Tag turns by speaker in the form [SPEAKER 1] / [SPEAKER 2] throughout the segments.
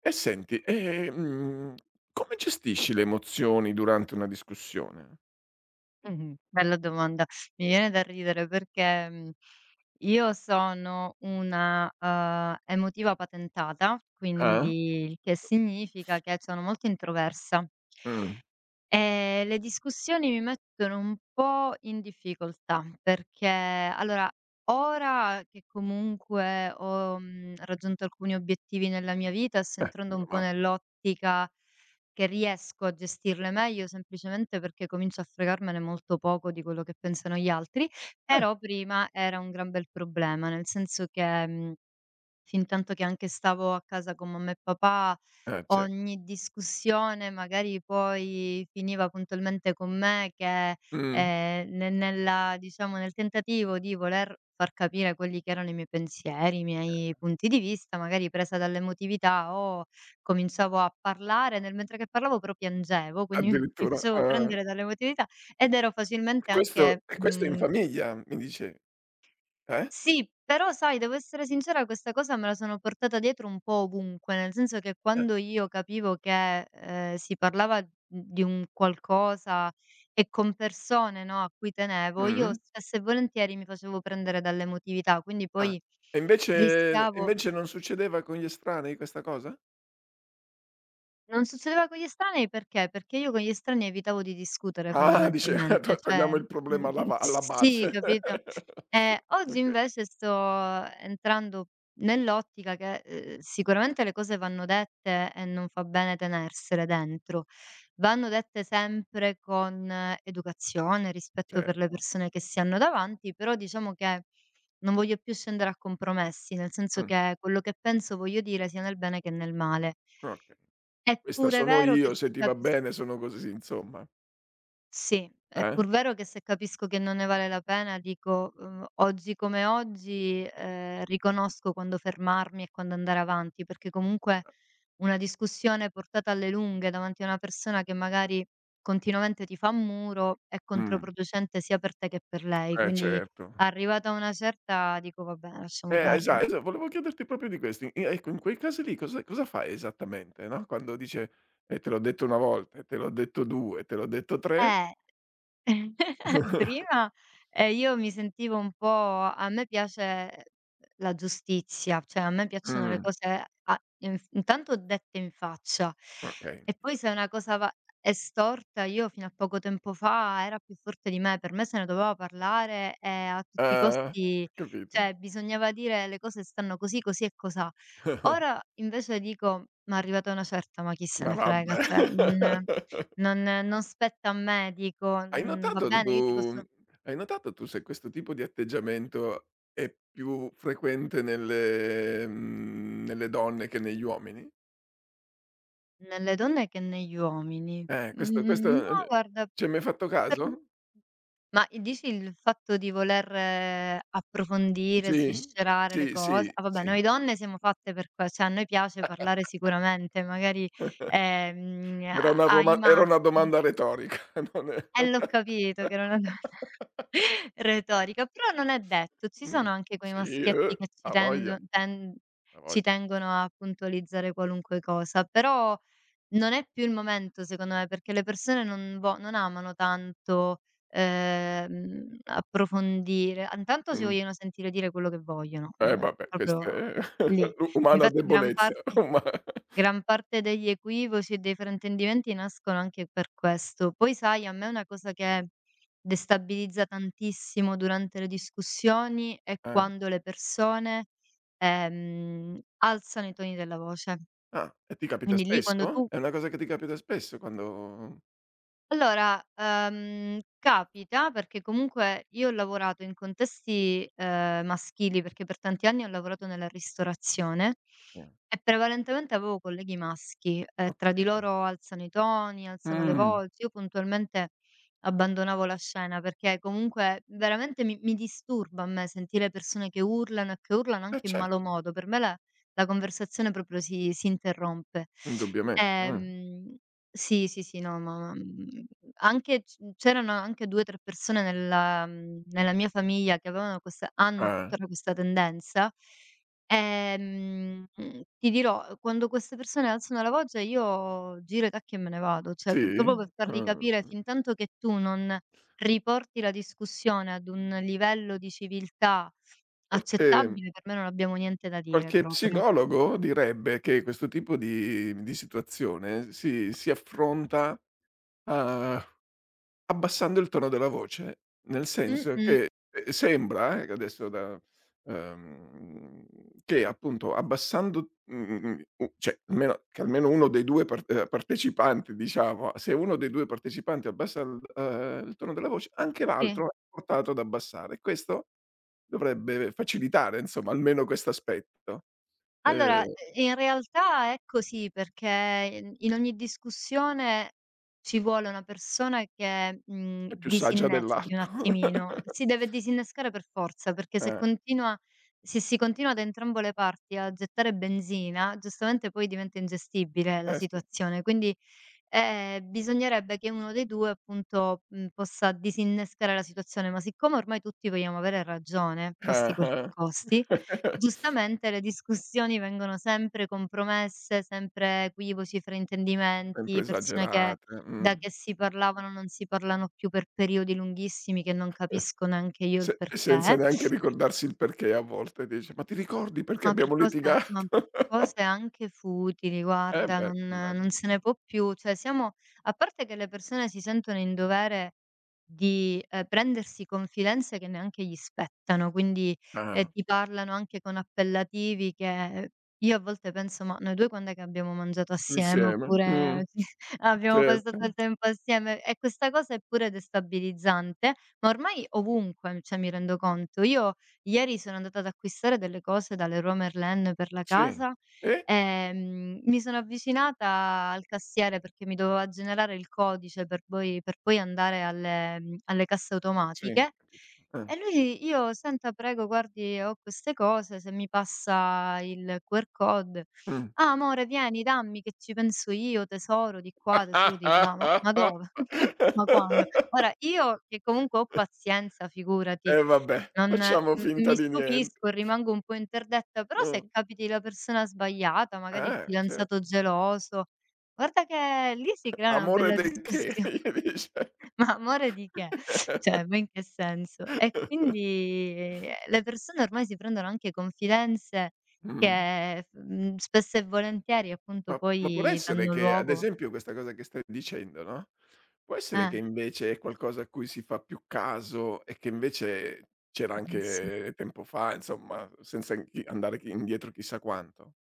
[SPEAKER 1] E senti, come gestisci le emozioni durante una discussione?
[SPEAKER 2] Mh-mh. Bella domanda. Mi viene da ridere perché io sono una emotiva patentata,
[SPEAKER 1] Ah?
[SPEAKER 2] quindi il che significa che sono molto introversa.
[SPEAKER 1] Mh.
[SPEAKER 2] Le discussioni mi mettono un po' in difficoltà, perché allora, ora che comunque ho raggiunto alcuni obiettivi nella mia vita, sto entrando
[SPEAKER 1] Meno
[SPEAKER 2] un po'
[SPEAKER 1] male.
[SPEAKER 2] nell'ottica che riesco a gestirle meglio, semplicemente perché comincio a fregarmene molto poco di quello che pensano gli altri,
[SPEAKER 1] Eh,
[SPEAKER 2] però prima era un gran bel problema, nel senso che fintanto che anche stavo a casa con mamma e papà.
[SPEAKER 1] ce
[SPEAKER 2] Ogni discussione magari poi finiva puntualmente con me che,
[SPEAKER 1] mh,
[SPEAKER 2] ne nella, diciamo, nel tentativo di voler far capire quelli che erano i miei pensieri, i miei punti di vista, magari presa dall'emotività, o cominciavo a parlare, nel mentre che parlavo però piangevo, quindi mi
[SPEAKER 1] addirittura,
[SPEAKER 2] facevo
[SPEAKER 1] ah.
[SPEAKER 2] prendere dall'emotività ed ero facilmente anche,
[SPEAKER 1] Questo in
[SPEAKER 2] mhmm
[SPEAKER 1] famiglia mi dice, eh?
[SPEAKER 2] Sì, però sai, devo essere sincera, questa cosa me la sono portata dietro un po' ovunque, nel senso che quando io capivo che, si parlava d di un qualcosa e con persone, no, a cui tenevo,
[SPEAKER 1] Mh-mh.
[SPEAKER 2] io spesso e volentieri mi facevo prendere dall'emotività, quindi
[SPEAKER 1] Ah.
[SPEAKER 2] poi
[SPEAKER 1] E invece e
[SPEAKER 2] rischiavo.
[SPEAKER 1] invece non succedeva con gli estranei questa cosa?
[SPEAKER 2] Non succedeva con gli estranei perché? Perché io con gli estranei evitavo di discutere
[SPEAKER 1] Ah, dice
[SPEAKER 2] fondamentalmente,
[SPEAKER 1] to
[SPEAKER 2] cioè,
[SPEAKER 1] togliamo il problema alla
[SPEAKER 2] sì,
[SPEAKER 1] base.
[SPEAKER 2] capito? Ehm, oggi
[SPEAKER 1] Okay,
[SPEAKER 2] invece sto entrando nell'ottica che, sicuramente le cose vanno dette e non fa bene tenersele dentro. Vanno dette sempre con educazione, rispetto
[SPEAKER 1] cer
[SPEAKER 2] per le persone che si hanno davanti, però diciamo che non voglio più scendere a compromessi, nel senso
[SPEAKER 1] mh,
[SPEAKER 2] che quello che penso voglio dire sia nel bene che nel male.
[SPEAKER 1] okay.
[SPEAKER 2] È
[SPEAKER 1] Questa
[SPEAKER 2] pure
[SPEAKER 1] sono
[SPEAKER 2] vero che
[SPEAKER 1] io, se
[SPEAKER 2] se
[SPEAKER 1] ti va
[SPEAKER 2] capis
[SPEAKER 1] bene sono così, insomma.
[SPEAKER 2] Sì, è
[SPEAKER 1] Eh?
[SPEAKER 2] pur vero che se capisco che non ne vale la pena dico oggi come oggi, riconosco quando fermarmi e quando andare avanti, perché comunque una discussione portata alle lunghe davanti a una persona che magari continuamente ti fa un muro è
[SPEAKER 1] Mh,
[SPEAKER 2] controproducente sia per te che per lei,
[SPEAKER 1] eh
[SPEAKER 2] quindi
[SPEAKER 1] certo.
[SPEAKER 2] arrivata a una certa dico: "Vabbè, lasciamo
[SPEAKER 1] Esa
[SPEAKER 2] perdere".
[SPEAKER 1] esa volevo chiederti proprio di questo. I Ecco, in quei casi lì cosa fai esattamente, no, quando dice: te l'ho detto una volta, e te l'ho detto due, te l'ho detto tre."
[SPEAKER 2] Eh. Prima, io mi sentivo un po' A me piace la giustizia, cioè a me piacciono le
[SPEAKER 1] Mh,
[SPEAKER 2] cose, a inf intanto, dette in faccia,
[SPEAKER 1] okay.
[SPEAKER 2] e poi se una cosa va è storta, io fino a poco tempo fa era più forte di me, per me se ne doveva parlare e a tutti i
[SPEAKER 1] Uhm,
[SPEAKER 2] costi,
[SPEAKER 1] capito.
[SPEAKER 2] cioè bisognava dire le cose stanno così, così e cosà. Ora invece dico: "Ma arrivata una certa, ma chi se
[SPEAKER 1] Ma
[SPEAKER 2] ne
[SPEAKER 1] vabbè.
[SPEAKER 2] frega", cioè non, non non spetta a me, dico,
[SPEAKER 1] Hai
[SPEAKER 2] mhmm, va
[SPEAKER 1] notato tu
[SPEAKER 2] bene,
[SPEAKER 1] tu
[SPEAKER 2] io ti posso.
[SPEAKER 1] Hai notato tu se questo tipo di atteggiamento è più frequente nelle donne che negli uomini?
[SPEAKER 2] Nelle donne che negli uomini.
[SPEAKER 1] Questo questo,
[SPEAKER 2] Ma
[SPEAKER 1] uhm,
[SPEAKER 2] guarda,
[SPEAKER 1] ci hai mai fatto
[SPEAKER 2] per
[SPEAKER 1] caso?
[SPEAKER 2] ma dici il fatto di voler approfondire,
[SPEAKER 1] Sì,
[SPEAKER 2] sviscerare le
[SPEAKER 1] sì,
[SPEAKER 2] cose?
[SPEAKER 1] sì,
[SPEAKER 2] Ah vabbè,
[SPEAKER 1] sì.
[SPEAKER 2] noi donne siamo fatte per que cioè a noi piace parlare sicuramente, magari, a ai
[SPEAKER 1] Era una
[SPEAKER 2] maschi.
[SPEAKER 1] domanda retorica. Non è.
[SPEAKER 2] L'ho capito che era una cosa retorica, però non è detto. Ci
[SPEAKER 1] mh,
[SPEAKER 2] sono anche quei
[SPEAKER 1] sì,
[SPEAKER 2] maschietti che
[SPEAKER 1] avoglia,
[SPEAKER 2] ci
[SPEAKER 1] avoglia.
[SPEAKER 2] tengono a puntualizzare qualunque cosa, però non è più il momento secondo me, perché le persone non amano tanto, approfondire. A intanto si
[SPEAKER 1] Mh,
[SPEAKER 2] vogliono sentire dire quello che vogliono,
[SPEAKER 1] eh
[SPEAKER 2] eh,
[SPEAKER 1] vabbè, questa
[SPEAKER 2] proprio
[SPEAKER 1] è
[SPEAKER 2] lì.
[SPEAKER 1] u umana
[SPEAKER 2] Infatti, gran
[SPEAKER 1] debolezza.
[SPEAKER 2] parte
[SPEAKER 1] uma
[SPEAKER 2] Gran parte degli equivoci e dei fraintendimenti nascono anche per questo. Poi sai, a me una cosa che destabilizza tantissimo durante le discussioni è
[SPEAKER 1] eh.
[SPEAKER 2] quando le persone, alzano i toni della voce.
[SPEAKER 1] Ah, e ti capita
[SPEAKER 2] Quindi lì quando
[SPEAKER 1] spesso?
[SPEAKER 2] tu
[SPEAKER 1] È una cosa che ti capita spesso quando.
[SPEAKER 2] Allora, Capita perché comunque io ho lavorato in contesti, maschili, perché per tanti anni ho lavorato nella ristorazione
[SPEAKER 1] eh,
[SPEAKER 2] e prevalentemente avevo colleghi maschi, e
[SPEAKER 1] Ho
[SPEAKER 2] tra di
[SPEAKER 1] capito.
[SPEAKER 2] loro alzano i toni, alzano le
[SPEAKER 1] Mh,
[SPEAKER 2] voci. Io puntualmente abbandonavo la scena perché comunque veramente mi disturba a me sentire persone che urlano e che urlano
[SPEAKER 1] eh
[SPEAKER 2] anche in malo
[SPEAKER 1] certo,
[SPEAKER 2] modo. Per me la conversazione proprio si interrompe.
[SPEAKER 1] indubbiamente.
[SPEAKER 2] Ehm sì, sì, sì, no, ma anche c'erano anche 2, 3 persone nella mia famiglia che avevano questa hanno
[SPEAKER 1] Ah,
[SPEAKER 2] tuttora questa tendenza. Ti dirò, quando queste persone alzano la voce io giro i tacchi e me ne vado, cioè p
[SPEAKER 1] sì?
[SPEAKER 2] proprio per fargli
[SPEAKER 1] Ah,
[SPEAKER 2] capire
[SPEAKER 1] mh.
[SPEAKER 2] fintanto che tu non riporti la discussione ad un livello di civiltà
[SPEAKER 1] Perché.
[SPEAKER 2] accettabile, per me non abbiamo niente da dire
[SPEAKER 1] Qualche
[SPEAKER 2] proprio.
[SPEAKER 1] psicologo direbbe che questo tipo di situazione si affronta a abbassando il tono della voce, nel senso
[SPEAKER 2] Mh-mh,
[SPEAKER 1] che, sembra, adesso da ehm, che appunto abbassando mhmm, mhmm, u cioè almeno uno dei due partecipanti diciamo, se uno dei due partecipanti abbassa il il tono della voce, anche
[SPEAKER 2] sì.
[SPEAKER 1] l'altro è portato ad abbassare. Questo dovrebbe facilitare insomma almeno questo aspetto.
[SPEAKER 2] Allora,
[SPEAKER 1] Ehm,
[SPEAKER 2] ehm, in realtà è così, perché in ogni discussione ci vuole una persona che,
[SPEAKER 1] è più saggia
[SPEAKER 2] disinneschi un
[SPEAKER 1] dell'altro.
[SPEAKER 2] attimino. Si deve disinnescare per forza, perché
[SPEAKER 1] Eh,
[SPEAKER 2] se si continua da entrambe le parti a gettare benzina, giustamente poi diventa ingestibile la
[SPEAKER 1] eh sì.
[SPEAKER 2] situazione. Quindi, bisognerebbe che uno dei 2 appunto, possa disinnescare la situazione, ma siccome ormai tutti vogliamo avere ragione, costi quel che
[SPEAKER 1] Ah-ah.
[SPEAKER 2] costi, giustamente le discussioni vengono sempre compromesse, sempre equivoci,
[SPEAKER 1] Sempre
[SPEAKER 2] fraintendimenti, persone che
[SPEAKER 1] esagerate,
[SPEAKER 2] da
[SPEAKER 1] mh.
[SPEAKER 2] che si parlavano non si parlano più per periodi lunghissimi che non capisco neanche io il
[SPEAKER 1] Se Senza
[SPEAKER 2] perché.
[SPEAKER 1] neanche ricordarsi il perché a volte dici: "Ma ti ricordi perché
[SPEAKER 2] Ma per
[SPEAKER 1] abbiamo
[SPEAKER 2] cose ma per
[SPEAKER 1] litigato?"
[SPEAKER 2] cose anche futili,
[SPEAKER 1] Eh
[SPEAKER 2] guarda,
[SPEAKER 1] beh,
[SPEAKER 2] non
[SPEAKER 1] immagino.
[SPEAKER 2] se ne può più. Cioè siamo, a parte che le persone si sentono in dovere di, prendersi confidenze che neanche gli spettano, quindi,
[SPEAKER 1] Ah,
[SPEAKER 2] ti parlano anche con appellativi che io a volte penso: "Ma noi 2 quand'è che abbiamo mangiato assieme?"
[SPEAKER 1] insieme,
[SPEAKER 2] Oppure "Abbiamo passato del
[SPEAKER 1] certo,
[SPEAKER 2] tempo assieme?" E questa cosa è pure destabilizzante, ma ormai ovunque, cioè mi rendo conto. Io Ieri sono andata ad acquistare delle cose da Leroy Merlin per la
[SPEAKER 1] sì.
[SPEAKER 2] casa,
[SPEAKER 1] E?
[SPEAKER 2] ehm, mi sono avvicinata al cassiere perché mi doveva generare il codice per poi andare alle casse
[SPEAKER 1] Sì.
[SPEAKER 2] automatiche.
[SPEAKER 1] Ah,
[SPEAKER 2] E lui: "Io senta prego guardi ho queste cose, se mi passa il QR code".
[SPEAKER 1] mh.
[SPEAKER 2] "Ah amore vieni dammi che ci penso io tesoro di qua, tesoro di là". Ma dove? Ma quando? Ora io che comunque ho pazienza, figurati,
[SPEAKER 1] E vabbè,
[SPEAKER 2] non
[SPEAKER 1] facciamo
[SPEAKER 2] m
[SPEAKER 1] finta
[SPEAKER 2] mi
[SPEAKER 1] di niente.
[SPEAKER 2] stupisco e rimango un po' interdetta, però se
[SPEAKER 1] Mh.
[SPEAKER 2] capiti la persona sbagliata, magari il fidanzato
[SPEAKER 1] Certo.
[SPEAKER 2] geloso, guarda che lì si crea una
[SPEAKER 1] Amore
[SPEAKER 2] bella
[SPEAKER 1] del che,
[SPEAKER 2] discussio.
[SPEAKER 1] gli dice.
[SPEAKER 2] Ma amore di che? Cioè, ma in che senso? E quindi, le persone ormai si prendono anche confidenze
[SPEAKER 1] Mh.
[SPEAKER 2] che, spesso e volentieri appunto
[SPEAKER 1] Ma può
[SPEAKER 2] poi
[SPEAKER 1] essere
[SPEAKER 2] danno
[SPEAKER 1] che, ad
[SPEAKER 2] luogo.
[SPEAKER 1] esempio, questa cosa che stai dicendo, no, può essere
[SPEAKER 2] Eh,
[SPEAKER 1] che invece è qualcosa a cui si fa più caso e che invece c'era
[SPEAKER 2] penso.
[SPEAKER 1] anche tempo fa, insomma, senza chi andare chi indietro chissà quanto?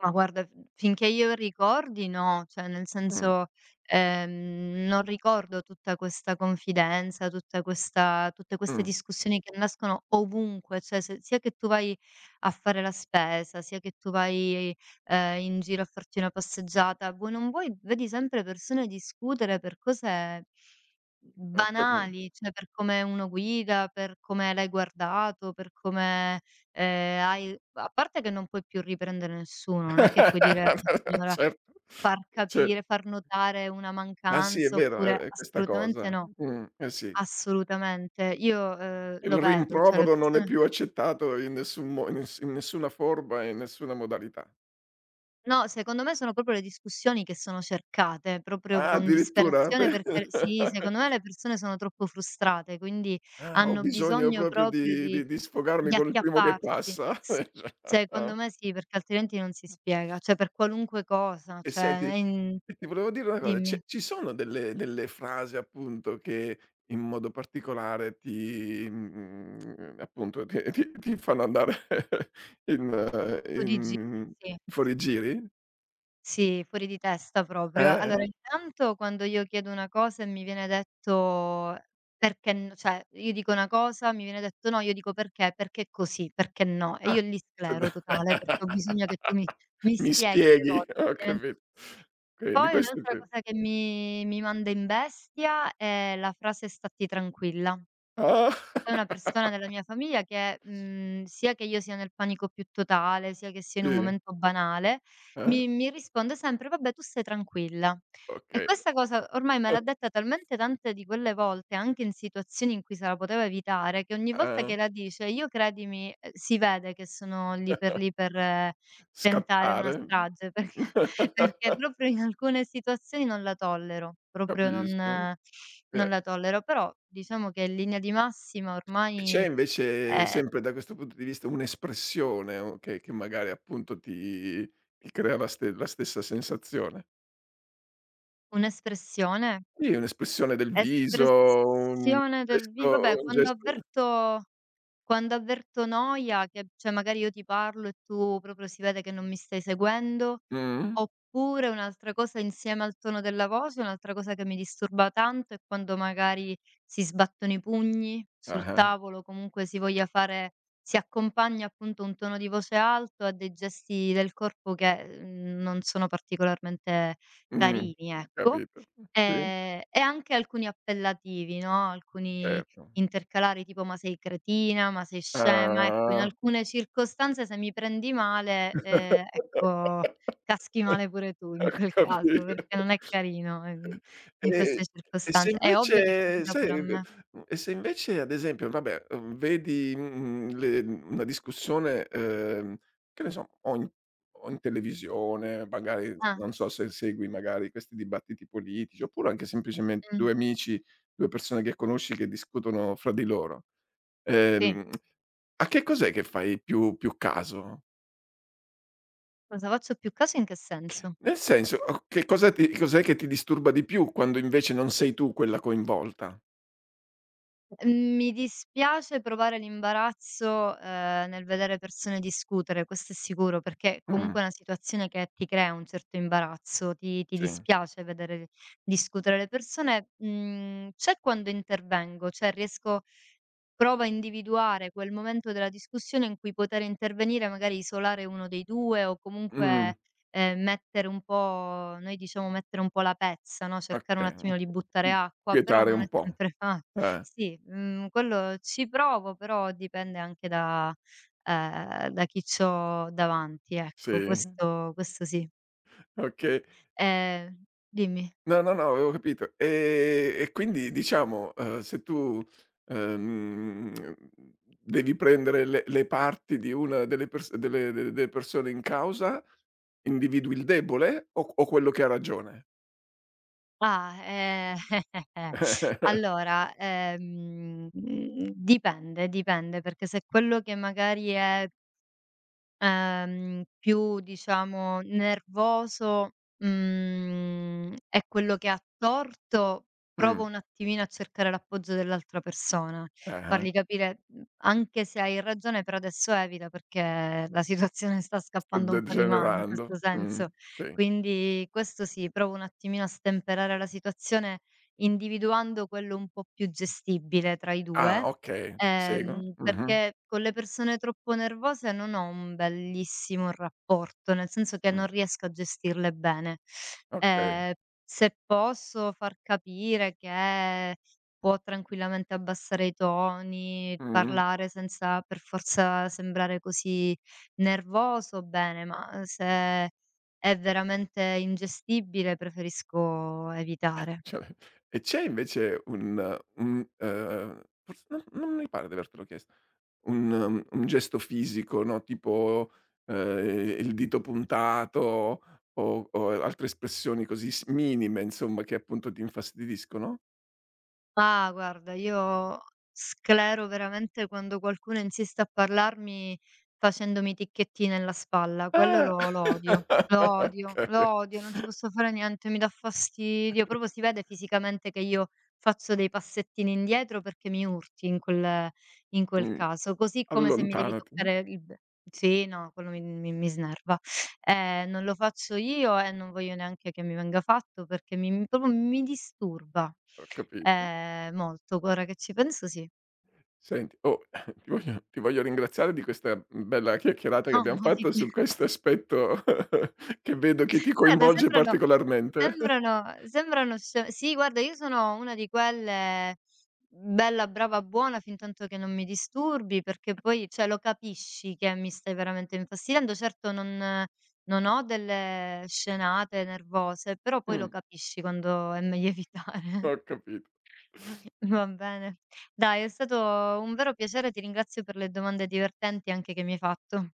[SPEAKER 2] Ma guarda, f finché io ricordi no, cioè nel
[SPEAKER 1] Mh,
[SPEAKER 2] senso, non ricordo tutta questa confidenza, tutta questa tutte queste
[SPEAKER 1] mh,
[SPEAKER 2] discussioni che nascono ovunque, cioè se sia che tu vai a fare la spesa, sia che tu vai, in giro a farti una passeggiata, vuoi non vuoi vedi sempre persone discutere per cose
[SPEAKER 1] ho capi
[SPEAKER 2] banali, cioè per come uno guida, per come l'hai guardato, per come. Hai A parte che non puoi più riprendere nessuno, non è che puoi dire a una signora,
[SPEAKER 1] Certo,
[SPEAKER 2] far
[SPEAKER 1] ce
[SPEAKER 2] capire, far notare una
[SPEAKER 1] ah sì, è
[SPEAKER 2] mancanza,
[SPEAKER 1] vero, è
[SPEAKER 2] oppure
[SPEAKER 1] è questa
[SPEAKER 2] assolutamente
[SPEAKER 1] cosa.
[SPEAKER 2] no,
[SPEAKER 1] Eh sì.
[SPEAKER 2] assolutamente. Io,
[SPEAKER 1] Il
[SPEAKER 2] lo vedo, cioè le
[SPEAKER 1] rimprovero non è
[SPEAKER 2] persone.
[SPEAKER 1] più accettato in nessun mo in ness in nessuna forma e in nessuna modalità.
[SPEAKER 2] No, secondo me sono proprio le discussioni che sono cercate, proprio
[SPEAKER 1] Ah,
[SPEAKER 2] con
[SPEAKER 1] addirittura? Pe
[SPEAKER 2] disperazione, perché sì, secondo me le persone sono troppo frustrate, quindi
[SPEAKER 1] Ah, ho
[SPEAKER 2] hanno
[SPEAKER 1] bisogno
[SPEAKER 2] bisogno
[SPEAKER 1] proprio
[SPEAKER 2] proprio
[SPEAKER 1] di
[SPEAKER 2] di
[SPEAKER 1] di di sfogarmi
[SPEAKER 2] di
[SPEAKER 1] con il primo che
[SPEAKER 2] acchiapparsi.
[SPEAKER 1] passa.
[SPEAKER 2] S Secondo me sì, perché altrimenti non si spiega, cioè per qualunque cosa,
[SPEAKER 1] E senti,
[SPEAKER 2] cioè è in.
[SPEAKER 1] ti volevo dire una cosa,
[SPEAKER 2] Dimmi,
[SPEAKER 1] c'è ci sono delle frasi appunto che in modo particolare ti appunto ti fanno andare in
[SPEAKER 2] tu di gi
[SPEAKER 1] in
[SPEAKER 2] sì.
[SPEAKER 1] fuorigiri?
[SPEAKER 2] Sì, fuori di testa proprio. Allora,
[SPEAKER 1] Eh?
[SPEAKER 2] intanto, quando io chiedo una cosa e mi viene detto: "Perché n", cioè io dico una cosa, mi viene detto: "No", io dico: "Perché? Perché così, perché no?" E
[SPEAKER 1] Ah.
[SPEAKER 2] io lì sclero totale, perché ho bisogno che tu mi mi
[SPEAKER 1] Mi
[SPEAKER 2] spieghi le
[SPEAKER 1] spieghi?
[SPEAKER 2] cose,
[SPEAKER 1] Ho
[SPEAKER 2] altrimenti.
[SPEAKER 1] capito. Quindi
[SPEAKER 2] Poi
[SPEAKER 1] questo è il
[SPEAKER 2] un'altra
[SPEAKER 1] primo.
[SPEAKER 2] cosa che mi manda in bestia è la frase: "Statti tranquilla".
[SPEAKER 1] Ah.
[SPEAKER 2] C'è una persona della mia famiglia che, sia che io sia nel panico più totale, sia che sia in un
[SPEAKER 1] Sì,
[SPEAKER 2] momento banale,
[SPEAKER 1] eh,
[SPEAKER 2] mi risponde sempre: "Vabbè, tu stai tranquilla". E
[SPEAKER 1] okay.
[SPEAKER 2] questa cosa ormai me l'ha detta talmente tante di quelle volte, anche in situazioni in cui se la poteva evitare, che ogni volta
[SPEAKER 1] Ah,
[SPEAKER 2] che la dice io, credimi, si vede che sono lì per tentare una
[SPEAKER 1] scattare.
[SPEAKER 2] strage perché, proprio in alcune situazioni non la tollero, proprio
[SPEAKER 1] Capisco.
[SPEAKER 2] non
[SPEAKER 1] E
[SPEAKER 2] la tollero, però diciamo che in linea di massima
[SPEAKER 1] e c'è
[SPEAKER 2] ormai.
[SPEAKER 1] invece,
[SPEAKER 2] È
[SPEAKER 1] sempre da questo punto di vista, un'espressione o che magari appunto ti crea la stessa sensazione?
[SPEAKER 2] un'espressione,
[SPEAKER 1] Sì, un'espressione del viso, un
[SPEAKER 2] espressione del
[SPEAKER 1] gesto
[SPEAKER 2] vi vabbè,
[SPEAKER 1] un
[SPEAKER 2] quando
[SPEAKER 1] gesto
[SPEAKER 2] avverto Quando avverto noia, che cioè magari io ti parlo e tu proprio si vede che non mi stai seguendo,
[SPEAKER 1] mh-mh,
[SPEAKER 2] oppure un'altra cosa insieme al tono della voce, un'altra cosa che mi disturba tanto è quando magari si sbattono i pugni sul
[SPEAKER 1] ah-ah,
[SPEAKER 2] tavolo, comunque si voglia fare, si accompagna appunto un tono di voce alto a dei gesti del corpo che, non sono particolarmente
[SPEAKER 1] mh,
[SPEAKER 2] carini, ecco.
[SPEAKER 1] capito. Sì,
[SPEAKER 2] E anche alcuni appellativi, no, alcuni
[SPEAKER 1] certo.
[SPEAKER 2] intercalare tipo: "Ma sei cretina, ma sei scema". Ecco, in
[SPEAKER 1] Ah.
[SPEAKER 2] alcune circostanze se mi prendi male, ecco, caschi male pure tu
[SPEAKER 1] Ho
[SPEAKER 2] in quel caso,
[SPEAKER 1] capito.
[SPEAKER 2] perché non è carino, in
[SPEAKER 1] E
[SPEAKER 2] queste
[SPEAKER 1] e se
[SPEAKER 2] circostanze. È ovvio che
[SPEAKER 1] invece
[SPEAKER 2] capita pure a
[SPEAKER 1] sai,
[SPEAKER 2] me.
[SPEAKER 1] e se invece ad esempio vabbè, vedi, una discussione, che ne so, o in televisione, magari
[SPEAKER 2] Ah,
[SPEAKER 1] non so se segui magari questi dibattiti politici, oppure anche semplicemente
[SPEAKER 2] mh,
[SPEAKER 1] due amici, due persone che conosci che discutono fra di loro,
[SPEAKER 2] sì.
[SPEAKER 1] ehm, a che cos'è che fai più caso?
[SPEAKER 2] Cosa faccio più caso, in che senso?
[SPEAKER 1] Nel senso, o che cosa ti cos'è che ti disturba di più quando invece non sei tu quella coinvolta?
[SPEAKER 2] Mhmm, mi dispiace provare l'imbarazzo, nel vedere persone discutere, questo è sicuro, perché
[SPEAKER 1] Mh.
[SPEAKER 2] comunque è una situazione che ti crea un certo imbarazzo, ti
[SPEAKER 1] Sì.
[SPEAKER 2] dispiace vedere discutere le persone. Mhmm, C'è quando intervengo, cioè riesco. Prova a individuare quel momento della discussione in cui poter intervenire, magari isolare uno dei 2 o
[SPEAKER 1] Mh,
[SPEAKER 2] comunque, mettere un po' noi, diciamo, mettere un po' la pezza, no, cercare un
[SPEAKER 1] okay.
[SPEAKER 2] attimino di buttare
[SPEAKER 1] Mh,
[SPEAKER 2] acqua, però
[SPEAKER 1] quietare
[SPEAKER 2] non è
[SPEAKER 1] un po'.
[SPEAKER 2] sempre fa.
[SPEAKER 1] Eh,
[SPEAKER 2] Sì, quello ci provo, però dipende anche da chi c'ho davanti,
[SPEAKER 1] sì,
[SPEAKER 2] ecco, questo sì.
[SPEAKER 1] okay.
[SPEAKER 2] Ehm Dimmi.
[SPEAKER 1] No, no, no, avevo capito. E quindi diciamo, se tu, ehm, devi prendere le parti di una delle persone in causa, individui il debole o quello che ha ragione?
[SPEAKER 2] Ah, allora, dipende, dipende, perché se quello che magari è più, diciamo, nervoso, è quello che ha torto, provo
[SPEAKER 1] Mh,
[SPEAKER 2] un attimino a cercare l'appoggio dell'altra persona,
[SPEAKER 1] ah-ah,
[SPEAKER 2] fargli capire: "Mhmm, anche se hai ragione, per adesso evita perché la situazione sta
[SPEAKER 1] sto
[SPEAKER 2] scappando un po' di mano in
[SPEAKER 1] degenerando.
[SPEAKER 2] questo senso".
[SPEAKER 1] Sì.
[SPEAKER 2] Quindi questo sì, provo un attimino a stemperare la situazione individuando quello un po' più gestibile tra i
[SPEAKER 1] Ah,
[SPEAKER 2] 2.
[SPEAKER 1] okay, ti seguo. Mh-mh,
[SPEAKER 2] Perché con le persone troppo nervose non ho un bellissimo rapporto, nel senso che
[SPEAKER 1] mh,
[SPEAKER 2] non riesco a gestirle bene.
[SPEAKER 1] okay.
[SPEAKER 2] Ehm, se posso far capire che può tranquillamente abbassare i toni,
[SPEAKER 1] Mh-mh.
[SPEAKER 2] parlare senza per forza sembrare così nervoso, bene, ma se è veramente ingestibile preferisco evitare.
[SPEAKER 1] Cioè e c'è invece un forse non mi pare di avertelo chiesto, un gesto fisico, no, tipo, il dito puntato o altre espressioni così s minime insomma che appunto ti infastidiscono?
[SPEAKER 2] Ah, guarda, io sclero veramente quando qualcuno insiste a parlarmi facendomi ticchetti nella spalla, quello
[SPEAKER 1] Ah!
[SPEAKER 2] lo odio, lo odio,
[SPEAKER 1] Okay.
[SPEAKER 2] lo odio, non ci posso fare niente, mi dà fastidio, proprio si vede fisicamente che io faccio dei passettini indietro perché mi urti in quel, in quel
[SPEAKER 1] Mh,
[SPEAKER 2] caso, così come se mi devi
[SPEAKER 1] allontanati.
[SPEAKER 2] toccare il b sì, no, quello mi snerva. Non lo faccio io e non voglio neanche che mi venga fatto perché mi proprio mi disturba,
[SPEAKER 1] Ho capi
[SPEAKER 2] ehm, molto. Ora che ci penso, sì.
[SPEAKER 1] Senti, oh, ti voglio ringraziare di questa bella chiacchierata che
[SPEAKER 2] No,
[SPEAKER 1] abbiam
[SPEAKER 2] ma di
[SPEAKER 1] fatto
[SPEAKER 2] che?
[SPEAKER 1] su questo aspetto che vedo che ti
[SPEAKER 2] Guarda,
[SPEAKER 1] coinvolge
[SPEAKER 2] sembrano
[SPEAKER 1] particolarmente.
[SPEAKER 2] sembrano sembrano sce sì, guarda, io sono una di quelle bella, brava, buona fintanto che non mi disturbi, perché poi cioè lo capisci che mi stai veramente infastidendo. Certo non ho delle scenate nervose, però poi lo
[SPEAKER 1] Mh,
[SPEAKER 2] capisci quando è meglio evitare.
[SPEAKER 1] ho capito.
[SPEAKER 2] Va bene. Dai, è stato un vero piacere, ti ringrazio per le domande divertenti anche che mi hai fatto.